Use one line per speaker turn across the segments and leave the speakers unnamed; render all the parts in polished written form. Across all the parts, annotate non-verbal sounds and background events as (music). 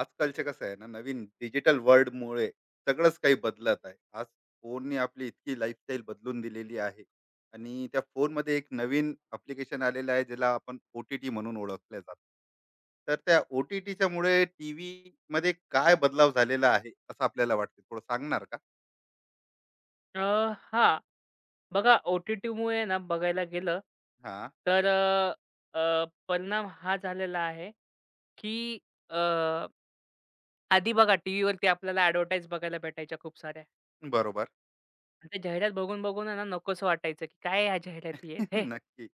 आजकालचे कसं आहे ना, नवीन डिजिटल वर्ल्ड मुळे सगळंच काही बदलत आहे. आज फोनने आपली इतकी लाईफस्टाईल बदलून दिलेली आहे. आणि त्या फोनमध्ये एक नवीन अप्लिकेशन आलेलं आहे, ज्याला आपण ओ टी टी म्हणून ओळखल्या जातो. तर त्या ओ टी टीच्या मुळे टी व्ही मध्ये काय बदलाव झालेला आहे असं आपल्याला वाटते, थोडं सांगणार का?
अ, हां. बघा ओ-टी-टीमुळे ना बघायला गेलं,
हा.
तर अ, अ, परिणाम हा झालेला आहे, की अ, आधी बघा टीव्हीवरती आपल्याला ॲडव्हर्टाईज बघायला भेटायच्या खूप साऱ्या
बरोबर.
आणि त्या जाहिरात बघून, बघून आहे ना नकोसं वाटायचं, की काय ह्या जाहिराती आहेत
(laughs)
हे.
नक्की.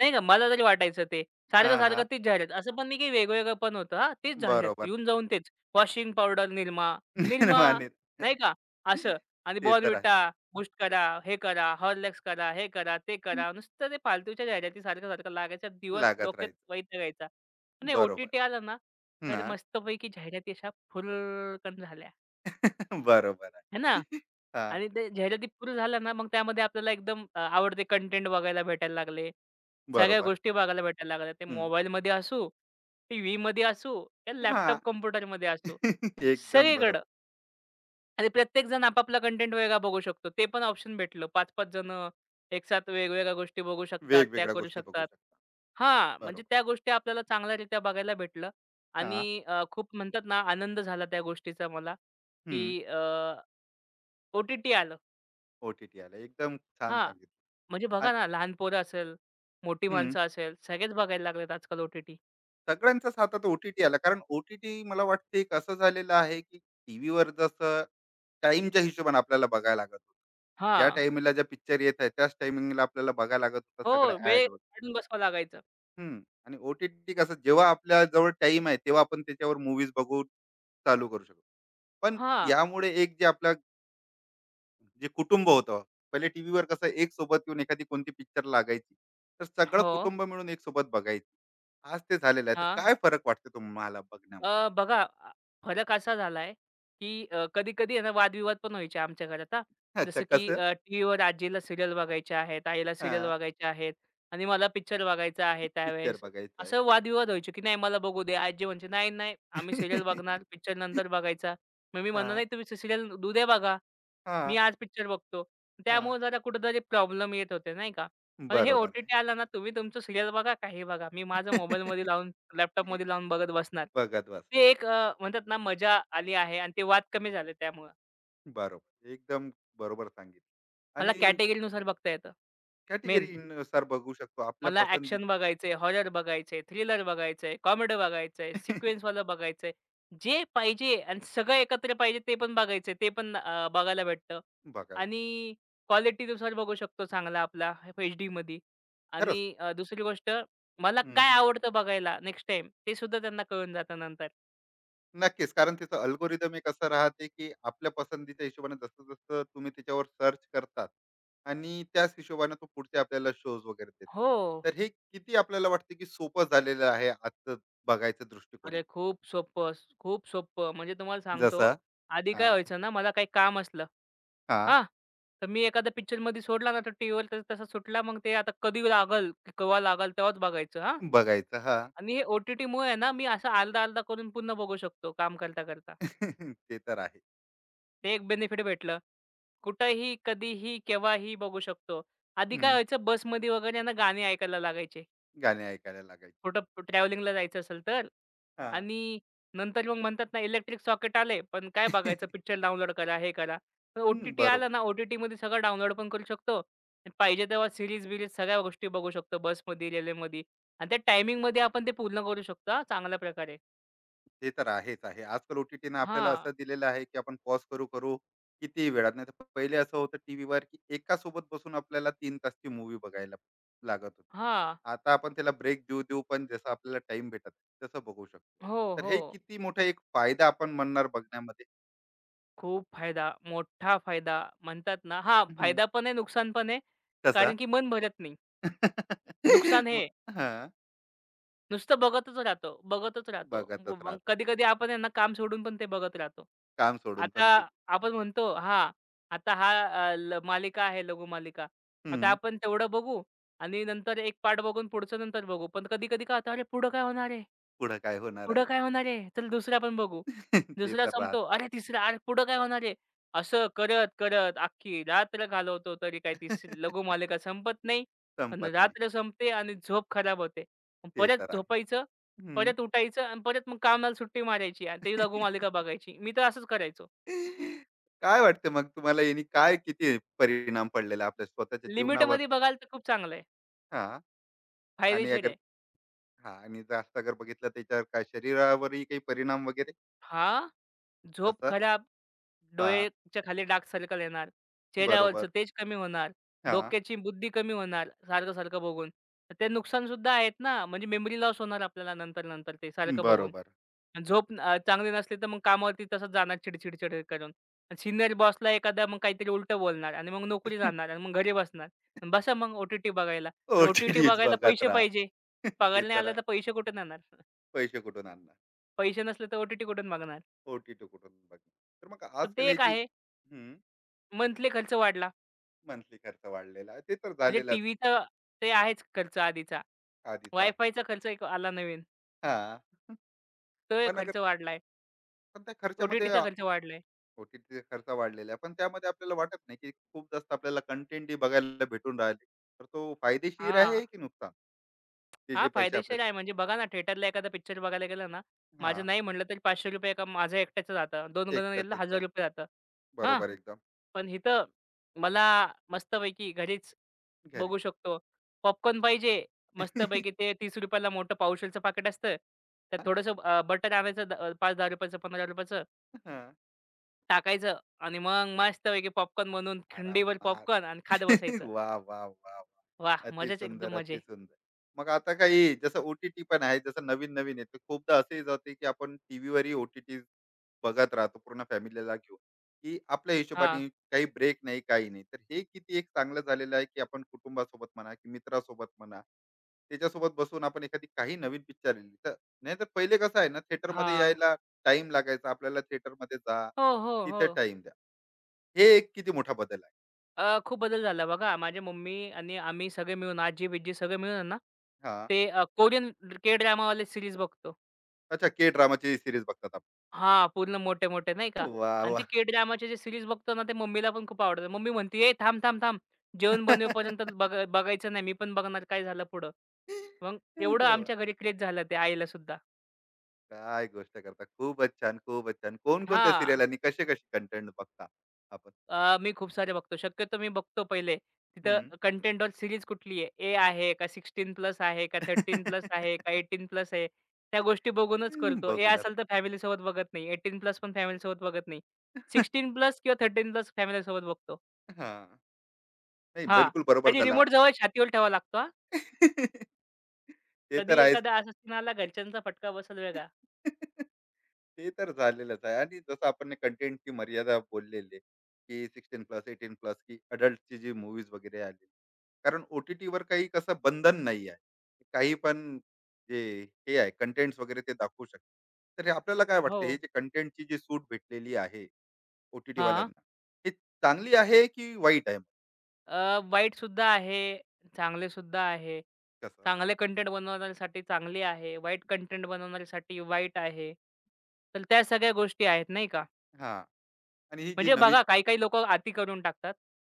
नाही का, मला तरी वाटायचं ते.
हा,
सारखं-सारखं
हा.
तीच जाहिरात. असं पण नाही की वेगवेगळं पण होतं हां, तीच जाहिरात.
बरोबर.
येऊन जाऊन तेच. वॉशिंग पावडर निरमा,
(laughs)
निरमा
निर्माण.
नाही का असं आणि
ते तर आहे.
बॉर्नव्हिटा, बूस्ट करा, हे करा, हॉर्लिक्स करा, हे करा, ते करा. नुसतं ते फालतूच्या जाहिराती सारखं-सारखं लागायचा दिवस
लागत
डोक्यात
राहायचं.
वैतागायचा. नाही
बरोबर.
ओ-टी-टी आलं ना,
हा.
तर मस्तपैकी जाहिराती अशा फुरकन झाल्या.
बरोबर
है
आहे.
ना?
हां,
आणि ते जाहिराती पुरं झालं ना, मग त्यामध्ये आपल्याला एकदम आवडते कंटेंट बघायला भेटायला लागले. सगळ्या
बरोबर.
गोष्टी बघायला भेटायला लागल्या. ते
हं.
मोबाईलमध्ये असू, टीव्हीमध्ये असू, या
हां.
लॅपटॉप कॉम्प्युटरमध्ये असू,
(laughs) एकदम
सगळीकडं
बरोबर.
आणि प्रत्येक जण आपापला कंटेंट वेगळा बघू शकतो. ते पण ऑप्शन भेटलं. 5-5 जणं एकसाथ वेगवेगळ्या गोष्टी बघू शकतात, त्या
वेगवेगळ्या
करू
गोष्टी बघू
शकतात.
शकता.
हां, म्हणजे
बरोबर.
त्या गोष्टी आपल्याला चांगल्यारीत्या बघायला भेटलं
हां.
आणि खूप म्हणतात ना आनंद झाला त्या गोष्टीचा मला,
हं.
की ओ-टी-टी आलं.
ओ आला. एकदम छान
हां,
सांगितलं.
म्हणजे बघा
आणि
ना, लहान पोरं असेल, मोठी
हं.
माणसं असेल, सगळेच बघायला लागलेत आजकाल ओ टी
सगळ्यांचाच हातात ओ आला. कारण ओटीटी टी टी मला वाटते एक असं झालेलं आहे, की टीव्हीवर जसं टाईमच्या हिशोबाने आपल्याला बघायला लागत होतं. ज्या टाईमिंगला ज्या पिक्चर येत आहे, त्याच टायमिंगला आपल्याला बघायला लागत
हो,
होतं सगळं
वेळ
ॲड वगैरे.
काढून बसावं लागायचं.
हं. आणि ओ कसं जेव्हा आपल्या जवळ टाईम आहे, तेव्हा आपण त्याच्यावर मूव्हीज बघून चालू करू शकतो. पण
हां.
यामुळे एक जे आपलं जे कुटुंब होतं, पहिले टीव्हीवर कसं एक सोबत येऊन एखादी कोणती पिक्चर लागायची, तर सगळं
हो.
कुटुंब मिळून एक सोबत बघायची. आज ते झालेलं आहे. तर
हां.
काय फरक वाटतो तुम्हाला बघण्यामध्ये?
बघा फरक असा झालाय, की कधी-कधी आहे ना वादविवाद पण व्हायचे आमच्या घरात हां.
अच्छा,
जसं की
कसं?
अ, टीव्हीवर आजीला सीरियल बघायच्या आहेत, आईला सीरियल
हां,
बघायच्या आहेत आणि मला पिक्चर बघायचा आहे
पिक्चर
त्यावेळेस.
बघायचा आहे.
असं वादविवाद व्हायचे, की "नाही मला बघू दे." आजी म्हणजे, "नाही, नाही, आम्ही सीरियल बघणार, पिक्चर
(laughs)
नंतर बघायचा." मग मी म्हणणार,
हां,
"नाही तुम्ही सीरियल उद्या बघा." मी
हां,
आज पिक्चर बघतो.
हां.
त्यामुळे जरा कुठेतरी प्रॉब्लेम येत होते, नाही का? पण हे
बरोबर आहे.
ओ-टी-टी आलं ना, तुम्ही तुमचं सीरियल बघा, काही बघा. मी माझं मोबाईलमध्ये
(laughs)
लावून, लॅपटॉपमध्ये लावून बघत बसणार.
बघत बसणार.
ते एक म्हणतात ना, मजा आली आहे आणि ते वाद कमी झाले त्यामुळं.
बरोबर. एकदम बरोबर सांगितलं.
मला
आणि
कॅटेगरीनुसार बघता येतं, मेन.
कॅटेगरी नुसार बघू शकतो आपल्या
मला
पसंती.
ॲक्शन बघायचंय, हॉरर बघायचंय, थ्रिलर बघायचंय, कॉमेडी बघायचंय, सिक्वेन्स
(laughs)
वाला बघायचंय. जे पाहिजे आणि सगळं एकत्र पाहिजे ते पण बघायचंय. ते पण बघायला भेटतं
बघायला भेटतं.
आणि क्वालिटीनुसार बघू शकतो चांगला आपला एचडीमध्ये
खरंच.
आणि दुसरी गोष्ट मला
हं,
काय
हं.
आवडतं बघायला नेक्स्ट टाईम ते सुद्धा त्यांना कळून जातं नंतर.
नक्कीच. कारण त्याचं अल्गोरिदम एक असं राहते, की आपल्या पसंतीच्या हिशोबाने जसं-जसं तुम्ही त्याच्यावर सर्च करतात आणि त्याच हिशोबाने तो पुढचे आपल्याला शोज वगैरे देतो.
हो.
तर हे किती आपल्याला वाटते, की सोपं झालेलं आहे आजचं बघायच्या
अरे
दृष्टिकोनाने?
खूप सोपं, खूप सोपं. म्हणजे तुम्हाला सांगतो,
जसं
आधी काय
हां,
व्हायचं ना, मला काही काम असलं,
हां,
हां, तर मी एखादा पिक्चरमध्ये सोडला ना, तर टीव्हीवर तर तसा सुटला, मग ते आता कधी लागल, की केव्हा लागल तेव्हाच बघायचं हां.
बघायचं हां.
आणि हे ओ-टी-टीमुळे आहे ना, मी असं आलदा अर्धा करून पुन्हा बघू शकतो काम करता-करता.
(laughs) ते तर आहे.
ते एक बेनिफिट भेटलं. कुठंही, कधीही, केव्हाही बघू शकतो. आधी काय
हं,
व्हायचं बसमध्ये वगैरे ना गाणी ऐकायला लागायचे.
गाणे ऐकायला लागायचे.
कुठं ट्रॅव्हलिंगला जायचं असेल तर
हां.
आणि नंतर मग म्हणतात ना, इलेक्ट्रिक सॉकेट आले, पण काय
हं. (laughs)
बघायचं पिक्चर डाउनलोड करा, हे करा. तर ओ-टी-टी
बरोबर.
आलं ना, ओ-टी-टीमध्ये सगळं डाउनलोड पण करू शकतो आणि पाहिजे तेव्हा सीरीज-बिरीज सगळ्या गोष्टी बघू शकतो बसमध्ये, रेल्वेमध्ये आणि त्या टायमिंगमध्ये आपण ते पूर्ण करू शकतो हां, चांगल्या प्रकारे.
ते तर आहेच आहे. आजकाल ओ-टी-टीनं आपल्याला
हां,
असं दिलेलं आहे, की आपण पॉज करू-करू कितीही वेळात. नाहीतर पहिले असं होतं टीव्हीवर, की एका सोबत बसून आपल्याला 3 तासची मूवी बघायला लागत होती.
हां.
आता आपण त्याला ब्रेक देऊ-देऊ पण जसं आपल्याला टाईम भेटत नाही, तसं बघू शकतो.
हो,
तर
हो.
हे किती मोठा एक फायदा आपण म्हणणार बघण्यामध्ये.
खूप फायदा, मोठा फायदा म्हणतात ना हां,
हं,
फायदा पण आहे, नुकसान पण आहे.
कसा?
कारण की मन भरत नाही. नुकसान
(laughs)
हे
मग हां,
नुसतं बघतच राहतो, बघतच राहतो.
बघतच
मग
राहतो.
कधी-कधी आपण आहे ना काम सोडून पण ते बघत राहतो.
काम सोडून पण
आता
ते
आपण म्हणतो, हां, आता हा अ, ल मालिका आहे लघुमालिका. आता
हं,
आपण तेवढं बघू आणि नंतर एक पार्ट बघून पुढचं नंतर बघू. पण कधी-कधी काय होतं, "अरे पुढं काय होणार आहे?"
पुढं काय होणार आहे?
पुढं काय होणार आहे? चल दुसरा पण बघू.
(laughs) ते
दुसरा
तर राहत
संपतो. अरे तिसरा, अरे पुढं काय होणार आहे? असं करत-करत अख्खी रात्र घालवतो तरी काही ती
(laughs)
लघुमालिका संपत नाही. आणि
संपत नाही.
रात्र संपते आणि झोप खराब होते. मग
ते
परत
तर आहे.
झोपायचं,
हं.
परत उठायचं आणि परत मग कामाला सुट्टी मारायची आणि ती लघुमालिका बघायची. मी तर असंच करायचो.
(laughs) काय वाटतं मग तुम्हाला यानी काय किती परिणाम पडलेला आपल्या स्वतःच्या जीवनावर?
लिमिटमध्ये बघाल तर खूप चांगलं आहे.
हां. आणि
फायदेशीर
अगर
आहे.
हां. आणि जास्त अगर बघितलं त्याच्यावर काय शरीरावरही काही परिणाम वगैरे?
हां, झोप
जसं
खराब
हां.
डोळेच्या खाली डार्क सर्कल येणार, चेहऱ्यावरचं
बरोबर.
तेज कमी होणार,
हां.
डोक्याची बुद्धी कमी होणार सारखं-सारखं बघून. तर ते नुकसान सुद्धा आहेत ना, म्हणजे मेमरी लॉस होणार आपल्याला नंतर-नंतर ते सारखं बघून.
बरोबर.
आणि झोप चांगली नसली तर मग कामावरती तसंच जाणार चिड चिड करून. आणि बॉसला एखादा मग काहीतरी उलटं बोलणार आणि मग नोकरी जाणार
(laughs)
आणि मग घरी बसणार. आणि बसा मग ओ बघायला. आणि
ओ-टी-टीच
बघायला
बघत
पैसे
राहा.
पाहिजे.
(laughs)
पगार
ते
नाही
तर
आला
आहे.
तर पैसे कुठून आणणार?
पैसे कुठून आणणार?
पैसे नसले तर ओ कुठून बघणार?
ओ कुठून बघणार? तर मग
तर
आजकाल
ते
हे
एक
जी
आहे मंथली खर्च वाढला.
मंथली खर्च वाढलेला आहे. ते तर
म्हणजे
झालेलाच
टीव्हीचं ते आहेच खर्च आधीचा.
आधीच आहे.
वायफायचा खर्च एक आला नवीन.
हां.
तो एक
पण अगर
खर्च वाढलाय.
पण त्या खर्चामध्ये
ओ-टी-टीचा खर्च वाढलाय.
ओटीटीचा खर्च वाढलेला आहे. पण त्यामध्ये आपल्याला वाटत नाही की खूप जास्त आपल्याला कंटेंटही बघायला भेटून राहिले. तर तो फायदेशीर
हां.
आहे की नुकसान? ते
हां,
जे पैसे आपले
फायदेशीर आहे. म्हणजे बघा ना, थिएटरला एखादा पिक्चर बघायला गेलं ना, माझं
हां,
नाही म्हटलं तरी ₹500 एका माझं एकट्याचं जातं. 2 जणांना गेलं
एकट्यातच
तर
जातात.
₹1000 जातं. हां,
बरोबर एकदम
पण इथं मला मस्तपैकी घरीच
घरी.
बघू शकतो. पॉपकॉर्न पाहिजे मस्तपैकी ते
(laughs)
₹30 ला मोठं पावशेरचं पाकीट असतं. त्यात थोडंसं बटर आणायचं ₹5-10 चं ₹15 चं
हां.
टाकायचं आणि मग मस्तपैकी पॉपकॉर्न बनवून खिंडीभर
आरामात.
पॉपकॉर्न आणि खात
(laughs)
बसायचं.
वाह! वाह! वाह! वाह! (laughs)
वाह!
अति
मजाच
सुंदर,
एकदम
अति
मजे.
सुंदर. मग आता काही जसं ओ पण आहे, जसं नवीन-नवीन येतं. खूपदा असंही जाते, की आपण टीव्हीवरही ओ-टी-टी बघत राहतो पूर्ण फॅमिलीला घेऊन, की आपल्या
हां,
हिशोबाने काही ब्रेक नाही, काही नाही. तर हे किती एक चांगलं झालेलं आहे, की आपण कुटुंबासोबत म्हणा, की मित्रासोबत म्हणा, त्याच्यासोबत बसून आपण एखादी काही नवीन पिक्चर आलेली तर नाहीतर पहिले कसं आहे ना, थिएटरमध्ये
हां.
यायला टाईम लागायचा. आपल्याला थिएटरमध्ये जा,
हो, हो, हो.
तिथे टाईम द्या. हे एक किती मोठा बदल.
खूप बदल झाला बघा. माझी मम्मी आणि आम्ही सगळे मिळून आजी-बिज्जी सगळे मिळून आहे ना,
हा.
ते कोरियन के ड्रामावाले सीरीज बघतो.
अच्छा, के ड्रामाची सीरीज बघतात आपण.
हां, पूर्ण मोठे-मोठे नाही का
वाह!
आणि ते
वाह!
के ड्रामाचे जे सीरीज बघतो ना, ते मम्मीला पण खूप आवडतं. मम्मी म्हणते, "ए थांब, थांब, थांब. जेवण बनवेपर्यंत बघा
(laughs)
बघायचं नाही. मी पण बघणार काय झालं पुढं." मग एवढं
अरे वाह!
आमच्या घरी क्रेझ झालं ते आईला सुद्धा.
काय गोष्ट करता. खूपच छान, खूपच छान. कोणकोणत्या सीरियल
हां.
आणि कसे-कसे कंटेंट बघता आपण?
मी खूप सारे बघतो. शक्यतो मी बघतो पहिले
हं.
तिथं कंटेंटवर सीरीज कुठली आहे? ए आहे का 16 प्लस आहे का
हं.
13 प्लस आहे का
(laughs)
18 प्लस आहे? त्या गोष्टी बघूनच करतो. ए
बघूनच.
असेल तर फॅमिलीसोबत बघत नाही. 18 प्लस पण फॅमिलीसोबत बघत नाही.
(laughs)
16 प्लस किंवा 13 प्लस फॅमिलीसोबत बघतो.
हां. नाही,
हां,
बिलकुल बरोबर
कधी
झाला.
रिमोट जवळ छातीवर ठेवावा लागतो हां.
(laughs) ते तर
कधी
आहेच.
एखादा असा सीन आला घरच्यांचा फटका बसेल वेगळा.
ते तर झालेलंच आहे. आणि जसं आपण कंटेंटची मर्यादा बोललेली आहे, की 16+ 18+ की अडल्टची जी मूव्हीज वगैरे आली. कारण ओ-टी-टीवर काही कसं बंधन नाही आहे. काही पण जे हे आहे कंटेंट्स वगैरे ते दाखवू शकतात. तर हे आपल्याला काय
हो.
वाटतं, हे जे कंटेंटची जी सूट भेटलेली आहे
हां.
ओ-टी-टीवाल्यांना, हे चांगली आहे की वाईट आहे?
वाईटसुद्धा आहे, चांगलेसुद्धा आहे.
कसं?
चांगले कंटेंट बनवणाऱ्यासाठी चांगली आहे, वाईट कंटेंट बनवणाऱ्यासाठी वाईट आहे. तर त्या सगळ्या गोष्टी आहेत नाही का?
हां. आणि ही जी
म्हणजे
नवीन
बघा काही-काही लोकं अति करून टाकतात.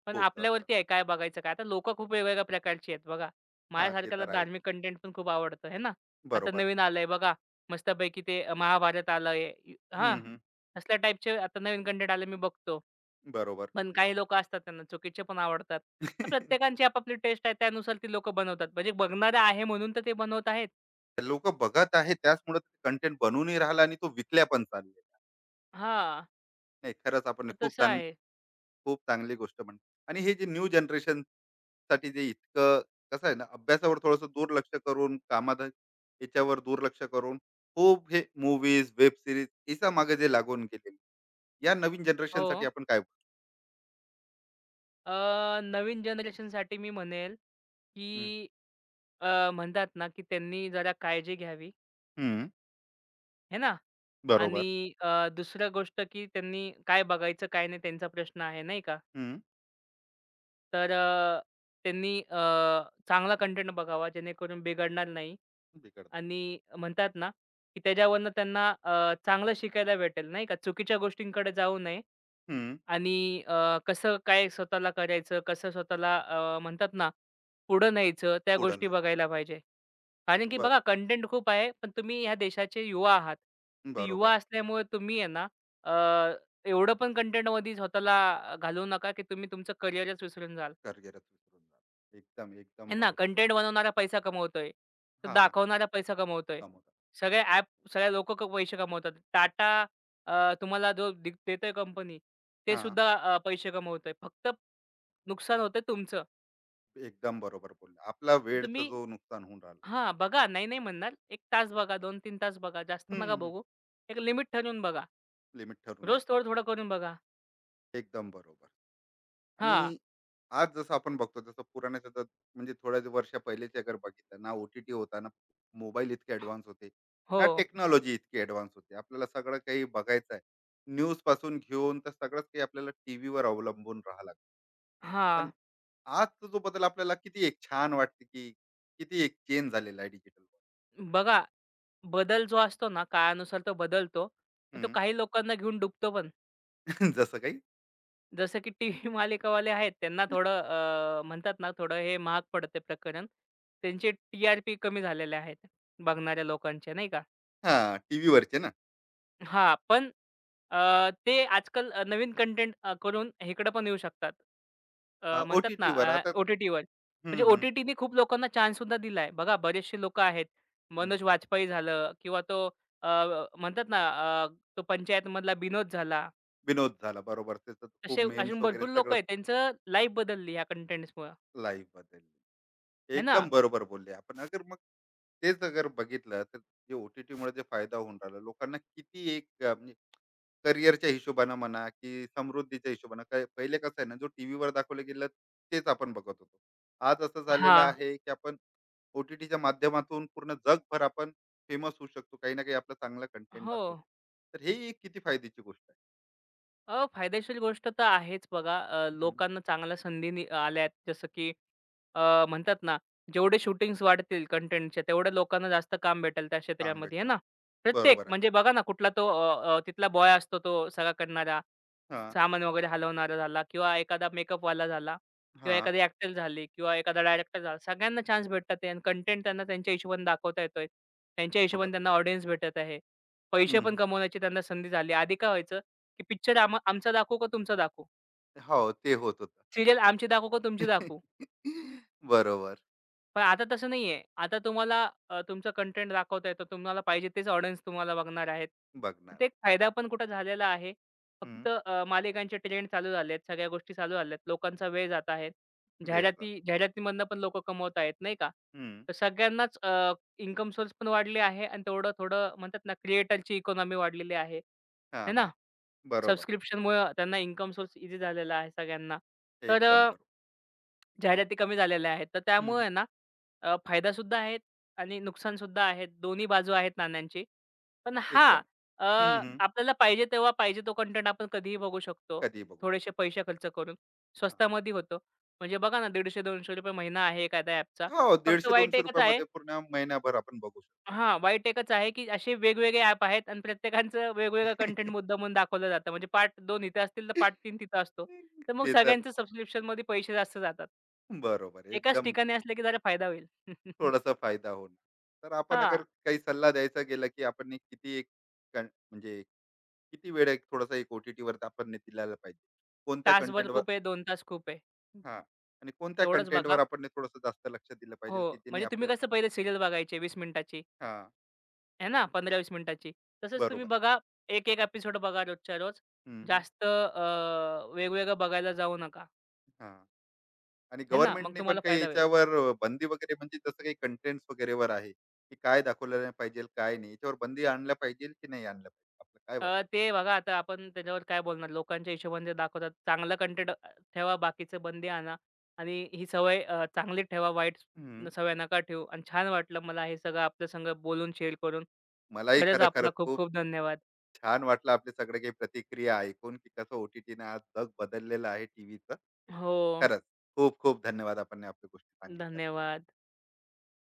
पण
खूप जास्त.
आपल्यावरती आहे काय बघायचं काय. आता लोकं खूप वेगवेगळ्या प्रकारची आहेत बघा.
हां, ते
माझ्यासारख्याला
तर आहे.
धार्मिक कंटेंट पण खूप आवडतं है ना. आता
बरोबर.
नवीन आलंय बघा मस्तपैकी ते महाभारत आलंय हां,
हं, हं.
असल्या टाईपचे आता नवीन कंटेंट आले मी बघतो.
बरोबर.
पण काही लोकं असतात त्यांना चुकीचे पण आवडतात. तर
(laughs)
प्रत्येकांची आपापली टेस्ट आहे त्यानुसार ती लोकं बनवतात. म्हणजे बघणारा आहे म्हणून तर ते बनवत आहेत.
लोक बघत आहे त्याचमुळे कंटेंट बनूनही राहिला आणि तो विकल्या पण चाललेला आहे.
हां,
नाही, खरंच आपण हे
तर
खूप
तसं
चांगली
आहे.
खूप चांगली गोष्ट म्हणली. आणि हे जे न्यू जनरेशन साठी जे इतकं कसं आहे ना, अभ्यासावर थोडस दुर्लक्ष करून कामात याच्यावर दुर्लक्ष करून खूप हे मूवीज वेब सिरीज याच्या मागे जे लागून गेले या नवीन जनरेशन
हो.
साठी आपण काय बोलू?
नवीन जनरेशनसाठी मी म्हणेल, की
हम्म.
अ, म्हणतात ना, की त्यांनी जरा काळजी घ्यावी,
हम्म.
हे ना?
बरोबर.
आणि दुसरं गोष्ट, की त्यांनी काय बघायचं, काय नाही त्यांचा प्रश्न आहे, नाही का?
हम्म.
तर त्यांनी चांगला कंटेंट बघावा, जेणेकरून बिघडणार नाही
बिघडणार.
आणि म्हणतात ना, की त्याच्यावरनं त्यांना चांगलं शिकायला भेटेल, नाही का? चुकीच्या गोष्टींकडे जाऊ नये
हम्म.
आणि कसं काय स्वतःला करायचं, कसं स्वतःला म्हणतात ना, पुढं न्यायचं, त्या
पुढं
गोष्टी
नाही.
बघायला पाहिजे. कारण की
बर.
बघा कंटेंट खूप आहे, पण तुम्ही ह्या देशाचे युवा आहात. तर
बरोबर.
युवा असल्यामुळे तुम्ही आहे ना अ, एवढं पण कंटेंटमध्ये स्वतःला घालवू नका, की तुम्ही तुमचं करिअरच विसरून जाल.
करिअरच विसरून जा. एकदम एकदम
आहे ना,
बरोबर.
कंटेंट बनवणारा पैसा कमवतोय, तर
हा.
दाखवणारा पैसा कमवतोय.
समोर.
सगळे ॲप सगळे लोकं पैसे कमवतात. तुम्हाला जो देतोय कंपनी, ते
हा.
सुद्धा पैसे कमवतोय. फक्त नुकसान होतंय तुमचं.
एकदम बरोबर बोलला. आपला
तर
वेळचं
तुम्ही
जो नुकसान होऊन राहिलं.
हां, बघा. नाही, नाही म्हणणार. 1 तास बघा, 2-3 तास बघा. जास्त
हं,
नका
हं.
बघू. एक लिमिट ठरवून बघा.
लिमिट ठरवून
रोज
बघवायची.
थोडं-थोडं करून बघा.
एकदम बरोबर.
हां.
आणि आज जसं आपण बघतो, जसं पुराण्याचं जर म्हणजे थोड्या वर्ष पहिलेच अगर बघितलं ना, ओ होता, ना मोबाईल इतके ॲडव्हान्स होते,
हो.
ना टेक्नॉलॉजी इतकी ॲडव्हान्स होती. आपल्याला सगळं काही बघायचं आहे. न्यूजपासून घेऊन तर सगळंच काही आपल्याला टीव्हीवर अवलंबून राहावं लागतं. पण
हां.
आजचा जो बदल आपल्याला किती एक छान वाटते, की किती एक चेंज झालेला आहे डिजिटल. (laughs)
बघा, बदल जो असतो ना, काळानुसार तो बदलतो. पण तो काही लोकांना घेऊन डुबतो पण.
जसं काही
जसं की टीव्ही मालिकावाले आहेत, त्यांना थोडं म्हणतात ना, थोडं हे महाग पडतं प्रकरण. त्यांचे टी-आर-पी कमी झालेले आहेत, बघणाऱ्या लोकांचे नाही का?
हां, टीव्हीवरचे ना
हां, पण ते आजकाल नवीन कंटेंट करून इकडं पण येऊ शकतात. अ, म्हणतात ना
ओ-टी-टीवर
अ,
आता
ओ-टी-टीवर.
हं,
म्हणजे
हं,
ओ-टी-टीने खूप लोकांना चान्स सुद्धा दिलाय. बघा बरेचसे लोकं आहेत.
हं.
मनोज वाजपेयी झालं किंवा तो अ, म्हणतात ना अ, तो पंचायतमधला विनोद झाला.
विनोद झाला, बरोबर. त्याचं खूप
असे
हो. मेम्स
अजून
वगैरे
भरपूर लोकं
सगळंच
आहेत. त्यांचं लाईफ बदलली ह्या कंटेंट्समुळं,
लाईफ बदलली.
है ना?
एकदम बरोबर बोलले आपण. अगर मग तेच अगर बघितलं तर जे ओटीटी टी टीमुळे जे फायदा होऊन राहिला लोकांना किती एक म्हणजे करिअरच्या हिशोबानं म्हणा की समृद्धीच्या हिशोबानं काय पहिले कसं आहे ना, जो टीव्हीवर दाखवलं गेलं तेच आपण बघत होतो. आज असं झालेलं
हां.
आहे की आपण ओ माध्यमातून पूर्ण जगभर आपण फेमस होऊ शकतो. काही ना काही आपला चांगला कंटेंट
हो.
दाखवू शकतो. तर हे एक किती फायद्याची गोष्ट आहे.
फायदेशीर गोष्ट तर आहेच बघा.
हं,
लोकांना चांगल्या संधी नि आल्यात जसं की म्हणतात ना, जेवढे शूटिंग्स वाढतील कंटेंटच्या तेवढ्या लोकांना जास्त काम भेटेल त्या
काम
क्षेत्रामध्ये, है
भेटणं.
ना. प्रत्येक
बरोबर आहे.
म्हणजे बघा ना, कुठला तो अ, अ, तिथला बॉय असतो तो सगळा करणारा.
हां,
सामान वगैरे हलवणारा झाला किंवा एखादा मेकअपवाला झाला किंवा
हां.
एखादी ॲक्टर झाली किंवा एखादा डायरेक्टर झाला. सगळ्यांना चान्स भेटतात आहे आणि कंटेंट त्यांना त्यांच्या हिशोबाने दाखवता येतोय. त्यांच्या
बरोबर.
हिशोबाने त्यांना ऑडियन्स भेटत आहे. पैसे
हं.
पण कमवण्याची त्यांना संधी झाली. आधी काय व्हायचं, की पिक्चर आमचा दाखवू का तुमचा दाखवू?
हो, ते होत होतं.
सीरियल आमची दाखवू का तुमची
(laughs)
दाखवू?
बरोबर.
पण आता तसं नाहीये. आता तुम्हाला तुमचं कंटेंट दाखवताय, तर तुम्हाला पाहिजे तेच ऑडियन्स तुम्हाला बघणार आहेत.
बघणार
तर ते एक
आहे.
फायदा पण कुठे झालेला आहे.
हं.
फक्त मालिकांचे ट्रेंड चालू झालेत, सगळ्या गोष्टी चालू झाल्यात. लोकांचा वेळ जात आहे.
वेळ जातो.
जाहिराती जाहिरातीमधनं पण लोकं कमवत आहेत, नाही का?
हं.
तर सगळ्यांनाच इन्कम सोर्स पण वाढले आहे आणि तेवढं-थोडं म्हणतात ना, क्रिएटरची इकॉनॉमी वाढलेली आहे, है
हां,
ना?
हां. बरोबर.
सबस्क्रिप्शनमुळं त्यांना इन्कम सोर्स ईझी झालेला आहे सगळ्यांना. तर
एकदम
अ
बरोबर.
जाहिराती कमी झालेल्या आहेत. तर त्यामुळे
हं,
आहे ना फायदा सुद्धा आहेत आणि नुकसान सुद्धा आहेत. दोन्ही बाजू आहेत नाण्यांची. पण हां,
एकदम.
अ,
हं, हं.
आपल्याला पाहिजे तेव्हा पाहिजे तो कंटेंट आपण कधीही बघू शकतो.
कधीही बघू
थोडेसे
शकतो.
पैसे खर्च करून.
हां.
स्वस्तामध्ये होतो. म्हणजे बघा ना ₹150-200 महिना आहे एखाद्या ॲपचा.
हो,
फक्त वाईट एकच
₹150-200
आहे
मध्ये पूर्ण महिनाभर आपण बघू शकतो.
हां, वाईट एकच आहे, की असे वेगवेगळे ॲप आहेत आणि प्रत्येकाचं वेगवेगळा कंटेंट
(laughs)
मुद्दामून दाखवलं जातं. म्हणजे पार्ट 2 इथे असतील, तर पार्ट 3 तिथं असतो. तर मग
ते तर
सगळ्यांचं सबस्क्रिप्शनमध्ये पैसे जास्त जातात.
बरोबर
एकाच
एकदम
ठिकाणी असलं, की जरा फायदा होईल. (laughs)
थोडासा फायदा होणार. तर आपण अगर
हां,
काही सल्ला द्यायचा गेला, की आपण हे किती एक कण म्हणजे किती वेळ एक थोडासा एक ओ-टी-टी वरती आपण ने दिला पाहिजे. कोणत्या
तासभर
कंटेंटवर
खूप आहे, 2 तास खूप आहे.
हां. आणि कोणत्या
तेवढंच
कंटेंटवर
बघा.
आपण ने थोडंसं जास्त लक्ष दिलं
हो,
पाहिजे, की जेणे
म्हणजे तुम्ही
आपलं
कसं पहिले सीरियल बघायची 20 मिनिटाची,
हां,
आहे ना, 15-20 मिनिटाची. तसंच तुम्ही
बरोबर.
बघा, एक-एक एपिसोड बघा रोजच्या रोज.
हं, हं.
जास्त वेगवेगळं बघायला जाऊ नका,
हां. आणि
आहे ना. मग
गव्हर्नमेंटने पण
तुम्हाला
काही
फायदा होईल.
याच्यावर बंदी वगैरे म्हणजे जसं काही कंटेंट्स वगैरेवर आहे, की काय दाखवलं नाही पाहिजे, काय नाही. याच्यावर बंदी आणलं पाहिजे की नाही आणलं पाहिजे? आपलं काय वाटतं?
ते बघा आता आपण त्याच्यावर काय बोलणार लोकांच्या हिशोबाने ते दाखवतात. चांगला कंटेंट ठेवा, बाकीचे बंदी आणा आणि ही सवय चांगली ठेवा, वाईट
हं.
सवय नका ठेवू आणि छान वाटलं मला हे सगळं आपल्या संग बोलून शेअर करून.
मलाही
खरंच
खरं-खरं
आपला खूप
खूप
खूप धन्यवाद.
छान वाटलं आपले सगळे काही प्रतिक्रिया ऐकून, की कसं ओ आज जग बदललेलं आहे टीव्हीचं.
हो,
खरंच खूप-खूप धन्यवाद आपण आपल्या गोष्टी सांगितल्याबद्दल.
धन्यवाद.